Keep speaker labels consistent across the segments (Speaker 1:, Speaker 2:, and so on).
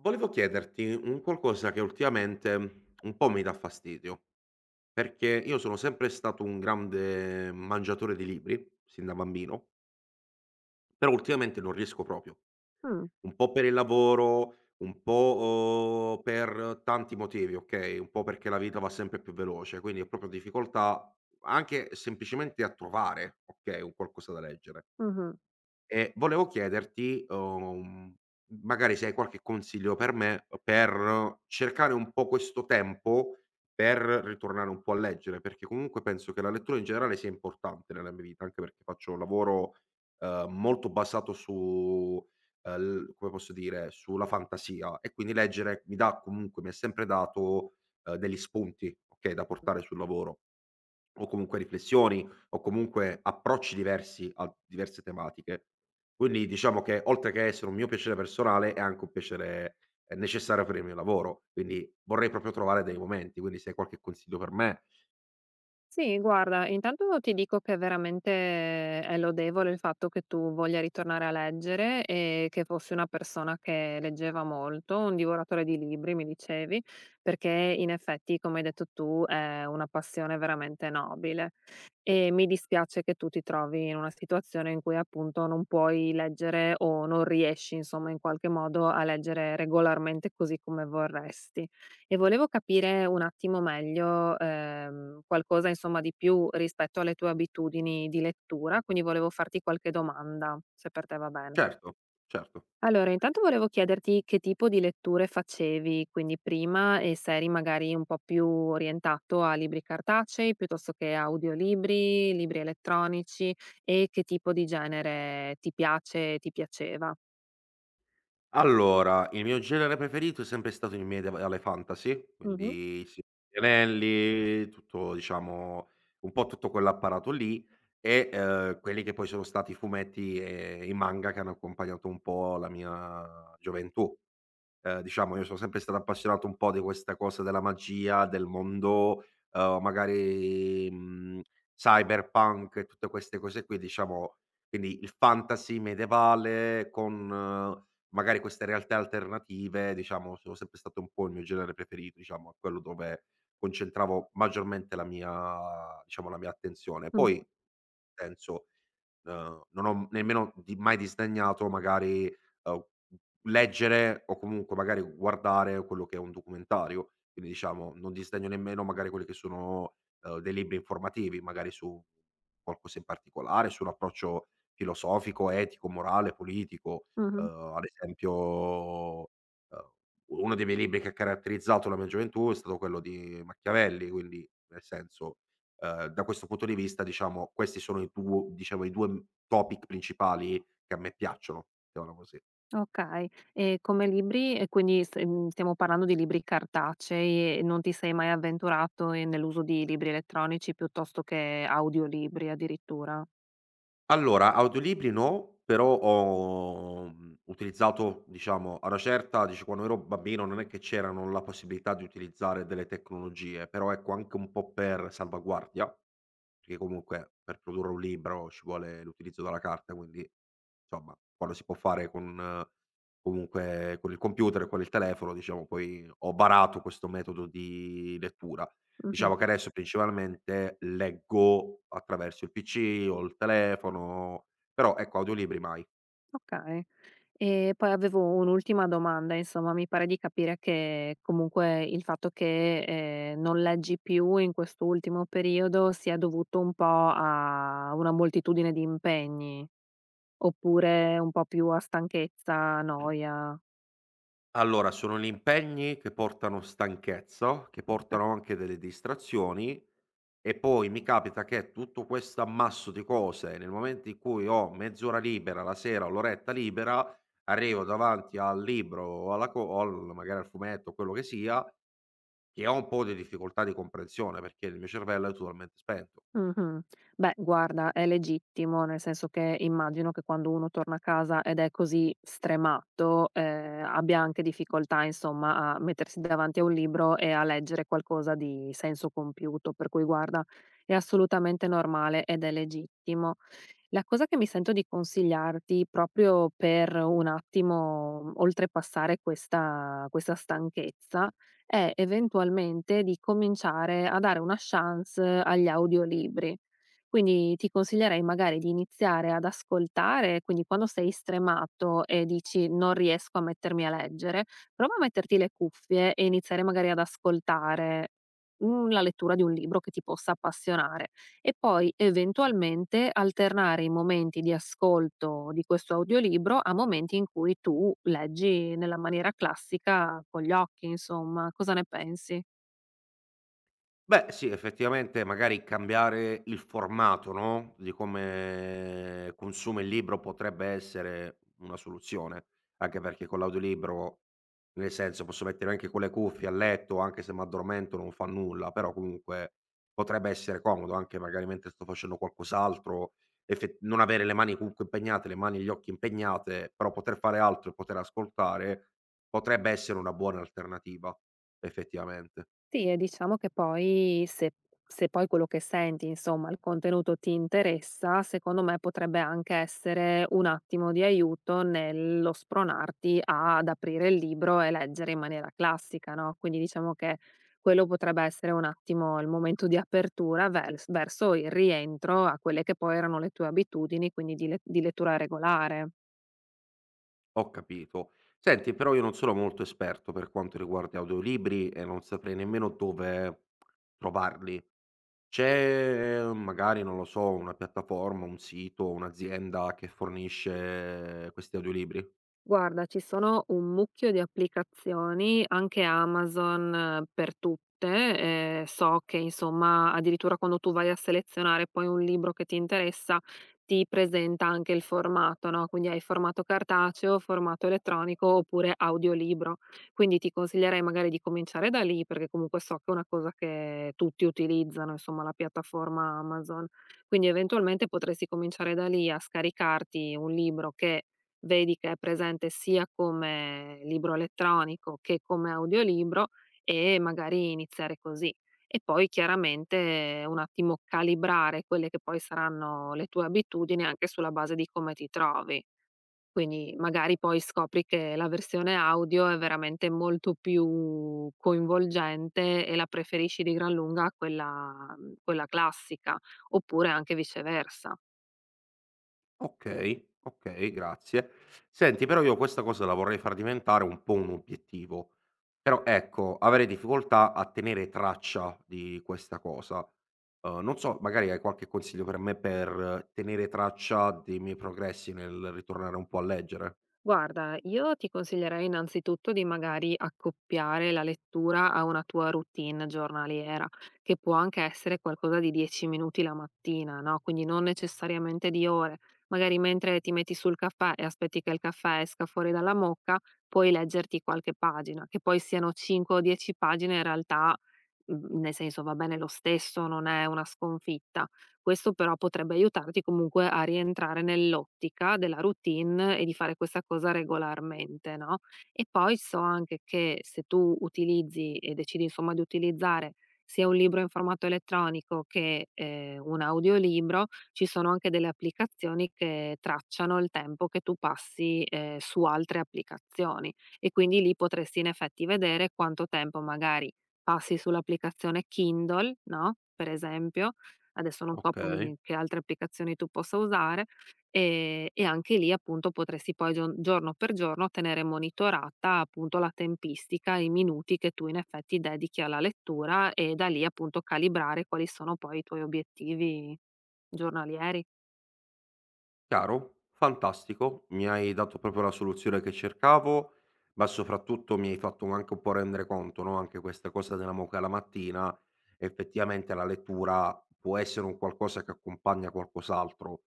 Speaker 1: Volevo chiederti un qualcosa che ultimamente un po' mi dà fastidio, perché io sono sempre stato un grande mangiatore di libri, sin da bambino, però ultimamente non riesco proprio.
Speaker 2: Mh,
Speaker 1: Un po' per il lavoro, un po', per tanti motivi, okay, un po' perché la vita va sempre più veloce, quindi ho proprio difficoltà anche semplicemente a trovare, okay, un qualcosa da leggere.
Speaker 2: mh-mh.
Speaker 1: E volevo chiederti, magari se hai qualche consiglio per me, per cercare un po' questo tempo per ritornare un po' a leggere, perché comunque penso che la lettura in generale sia importante nella mia vita, anche perché faccio un lavoro, molto basato su ehm, l come posso dire, sulla fantasia e quindi leggere mi dà comunque mi ha sempre dato, degli spunti, okay, da portare sul lavoro o comunque riflessioni o comunque approcci diversi a diverse tematiche. Quindi diciamo che oltre che essere un mio piacere personale è anche un piacere, necessario per il mio lavoro, quindi vorrei proprio trovare dei momenti, quindi se hai qualche consiglio per me
Speaker 2: Sì, guarda, intanto ti dico che veramente è lodevole il fatto che tu voglia ritornare a leggere e che fossi una persona che leggeva molto, un divoratore di libri mi dicevi, perché in effetti, come hai detto tu, è una passione veramente nobile. E mi dispiace che tu ti trovi in una situazione in cui appunto non puoi leggere o non riesci, insomma, in qualche modo a leggere regolarmente così come vorresti. E volevo capire un attimo meglio, qualcosa insomma di più rispetto alle tue abitudini di lettura, quindi volevo farti qualche domanda, se per te va bene.
Speaker 1: certo, certo.
Speaker 2: Allora, intanto volevo chiederti che tipo di letture facevi, quindi prima, e se eri magari un po' più orientato a libri cartacei piuttosto che audiolibri, libri elettronici, e che tipo di genere ti piace e ti piaceva.
Speaker 1: Allora, il mio genere preferito è sempre stato il medievale fantasy,
Speaker 2: Mh-mh.
Speaker 1: quindi Il Signore degli Anelli, tutto diciamo un po' tutto quell'apparato lì e, quelli che poi sono stati i fumetti e i manga che hanno accompagnato un po' la mia gioventù. Diciamo io sono sempre stato appassionato un po' di questa cosa della magia, del mondo, magari, cyberpunk e tutte queste cose qui, diciamo, quindi il fantasy medievale con magari queste realtà alternative, diciamo, sono sempre stato un po' il mio genere preferito, diciamo, è quello dove concentravo maggiormente la mia diciamo, la mia attenzione. Poi
Speaker 2: Mh-mh.
Speaker 1: penso non ho nemmeno di mai disdegnato magari, uhm, leggere o comunque magari guardare quello che è un documentario, quindi diciamo non disdegno nemmeno magari quelli che sono, dei libri informativi, magari su qualcosa in particolare, su un approccio filosofico, etico, morale, politico.
Speaker 2: Mh-mh.
Speaker 1: Ad esempio, uhm, uno dei miei libri che ha caratterizzato la mia gioventù è stato quello di Machiavelli, quindi nel senso da questo punto di vista, diciamo, questi sono i duo diciamo i 2 m topic principali che a me piacciono, mettiamola così.
Speaker 2: Okay. E come libri, e quindi stiamo parlando di libri cartacei e non ti sei mai avventurato nell'uso di libri elettronici piuttosto che audiolibri addirittura?
Speaker 1: Allora, audiolibri no, però ho, utilizzato diciamo a una certa, dice quando ero bambino non è che c'erano la possibilità di utilizzare delle tecnologie, però ecco anche un po' per salvaguardia perché comunque per produrre un libro ci vuole l'utilizzo della carta, quindi insomma quando si può fare con comunque con il computer e con il telefono, diciamo poi ho barato questo metodo di lettura.
Speaker 2: Mh-mh.
Speaker 1: Diciamo che adesso principalmente leggo attraverso il PC o il telefono, però ecco audiolibri mai.
Speaker 2: Okay. E poi avevo un'ultima domanda, insomma, mi pare di capire che comunque il fatto che, non leggi più in quest'ultimo periodo sia dovuto un po' a una moltitudine di impegni, oppure un po' più a stanchezza, noia?
Speaker 1: Allora sono gli impegni che portano stanchezza, che
Speaker 2: Okay.
Speaker 1: portano anche delle distrazioni. E poi mi capita che tutto questo ammasso di cose, nel momento in cui ho mezz'ora libera la sera o l'oretta libera, arrivo davanti al libro o alla co o al magari al fumetto, quello che sia, che ho un po' di difficoltà di comprensione perché il mio cervello è totalmente spento.
Speaker 2: Mh-mh. Beh, guarda, è legittimo, nel senso che immagino che quando uno torna a casa ed è così stremato, abbia anche difficoltà, insomma, a mettersi davanti a un libro e a leggere qualcosa di senso compiuto. Per cui guarda, è assolutamente normale ed è legittimo. La cosa che mi sento di consigliarti proprio per un attimo oltrepassare questa stanchezza è eventualmente di cominciare a dare una chance agli audiolibri. Quindi ti consiglierei magari di iniziare ad ascoltare, quindi quando sei stremato e dici non riesco a mettermi a leggere, prova a metterti le cuffie e iniziare magari ad ascoltare la lettura di un libro che ti possa appassionare, e poi eventualmente alternare i momenti di ascolto di questo audiolibro a momenti in cui tu leggi nella maniera classica con gli occhi, insomma. Cosa ne pensi?
Speaker 1: Beh, sì, effettivamente magari cambiare il formato, no, di come consuma il libro potrebbe essere una soluzione, anche perché con l'audiolibro, nel senso, posso mettere anche con le cuffie a letto, anche se m'addormento non fa nulla, però comunque potrebbe essere comodo anche magari mentre sto facendo qualcos'altro, effe non avere le mani comunque impegnate, le mani e gli occhi impegnate, però poter fare altro e poter ascoltare potrebbe essere una buona alternativa, effettivamente.
Speaker 2: Sì, e diciamo che poi se poi quello che senti, insomma, il contenuto ti interessa, secondo me potrebbe anche essere un attimo di aiuto nello spronarti ad aprire il libro e leggere in maniera classica, no, quindi diciamo che quello potrebbe essere un attimo il momento di apertura verso il rientro a quelle che poi erano le tue abitudini, quindi di lettura regolare.
Speaker 1: Ho capito. Senti, però io non sono molto esperto per quanto riguarda audiolibri e non saprei nemmeno dove trovarli. C'è magari, non lo so, una piattaforma, un sito, un'azienda che fornisce questi audiolibri?
Speaker 2: Guarda, ci sono un mucchio di applicazioni, anche Amazon, per tutte. So che, insomma, addirittura quando tu vai a selezionare poi un libro che ti interessa, ti presenta anche il formato, no, quindi hai formato cartaceo, formato elettronico oppure audiolibro. Quindi ti consiglierei magari di cominciare da lì, perché comunque so che è una cosa che tutti utilizzano, insomma, la piattaforma Amazon. Quindi eventualmente potresti cominciare da lì a scaricarti un libro che vedi che è presente sia come libro elettronico che come audiolibro, e magari iniziare così. E poi chiaramente un attimo calibrare quelle che poi saranno le tue abitudini anche sulla base di come ti trovi. Quindi magari poi scopri che la versione audio è veramente molto più coinvolgente e la preferisci di gran lunga a quella, quella classica, oppure anche viceversa.
Speaker 1: Okay, okay, grazie. Senti, però io questa cosa la vorrei far diventare un po' un obiettivo. Però ecco, avrei difficoltà a tenere traccia di questa cosa. Non so, magari hai qualche consiglio per me per tenere traccia dei miei progressi nel ritornare un po' a leggere?
Speaker 2: Guarda, io ti consiglierei innanzitutto di magari accoppiare la lettura a una tua routine giornaliera, che può anche essere qualcosa di 10 minuti la mattina, no? Quindi non necessariamente di ore. Magari mentre ti metti sul caffè e aspetti che il caffè esca fuori dalla mocca, puoi leggerti qualche pagina, che poi siano 5 o 10 pagine, in realtà, nel senso va bene lo stesso, non è una sconfitta. Questo però potrebbe aiutarti comunque a rientrare nell'ottica della routine e di fare questa cosa regolarmente, no? E poi so anche che se tu utilizzi e decidi, insomma, di utilizzare sia un libro in formato elettronico che un audiolibro, ci sono anche delle applicazioni che tracciano il tempo che tu passi su altre applicazioni, e quindi lì potresti in effetti vedere quanto tempo magari passi sull'applicazione Kindle, no? Per esempio, adesso non so
Speaker 1: Okay.
Speaker 2: poi che altre applicazioni tu possa usare, e anche lì appunto potresti poi gion giorno per giorno tenere monitorata appunto la tempistica, i minuti che tu in effetti dedichi alla lettura, e da lì appunto calibrare quali sono poi i tuoi obiettivi giornalieri.
Speaker 1: Chiaro, fantastico, mi hai dato proprio la soluzione che cercavo, ma soprattutto mi hai fatto anche un po' rendere conto, no, anche questa cosa della moca la mattina, effettivamente la lettura può essere un qualcosa che accompagna qualcos'altro.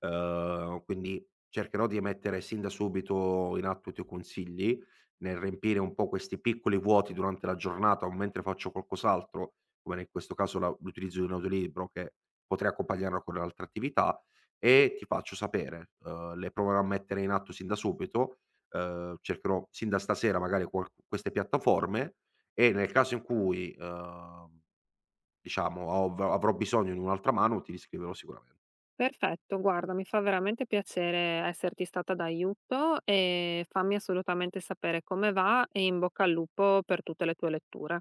Speaker 1: Quindi cercherò di mettere sin da subito in atto i tuoi consigli, nel riempire un po' questi piccoli vuoti durante la giornata o mentre faccio qualcos'altro, come in questo caso la l'utilizzo di un audiolibro che potrei accompagnarlo con altre attività e ti faccio sapere. Le proverò a mettere in atto sin da subito, cercherò sin da stasera magari qual queste piattaforme e nel caso in cui, diciamo av avrò bisogno di un'altra mano ti riscriverò sicuramen
Speaker 2: Perfetto, guarda, mi fa veramente piacere esserti stata d'aiuto, e fammi assolutamente sapere come va, e in bocca al lupo per tutte le tue letture.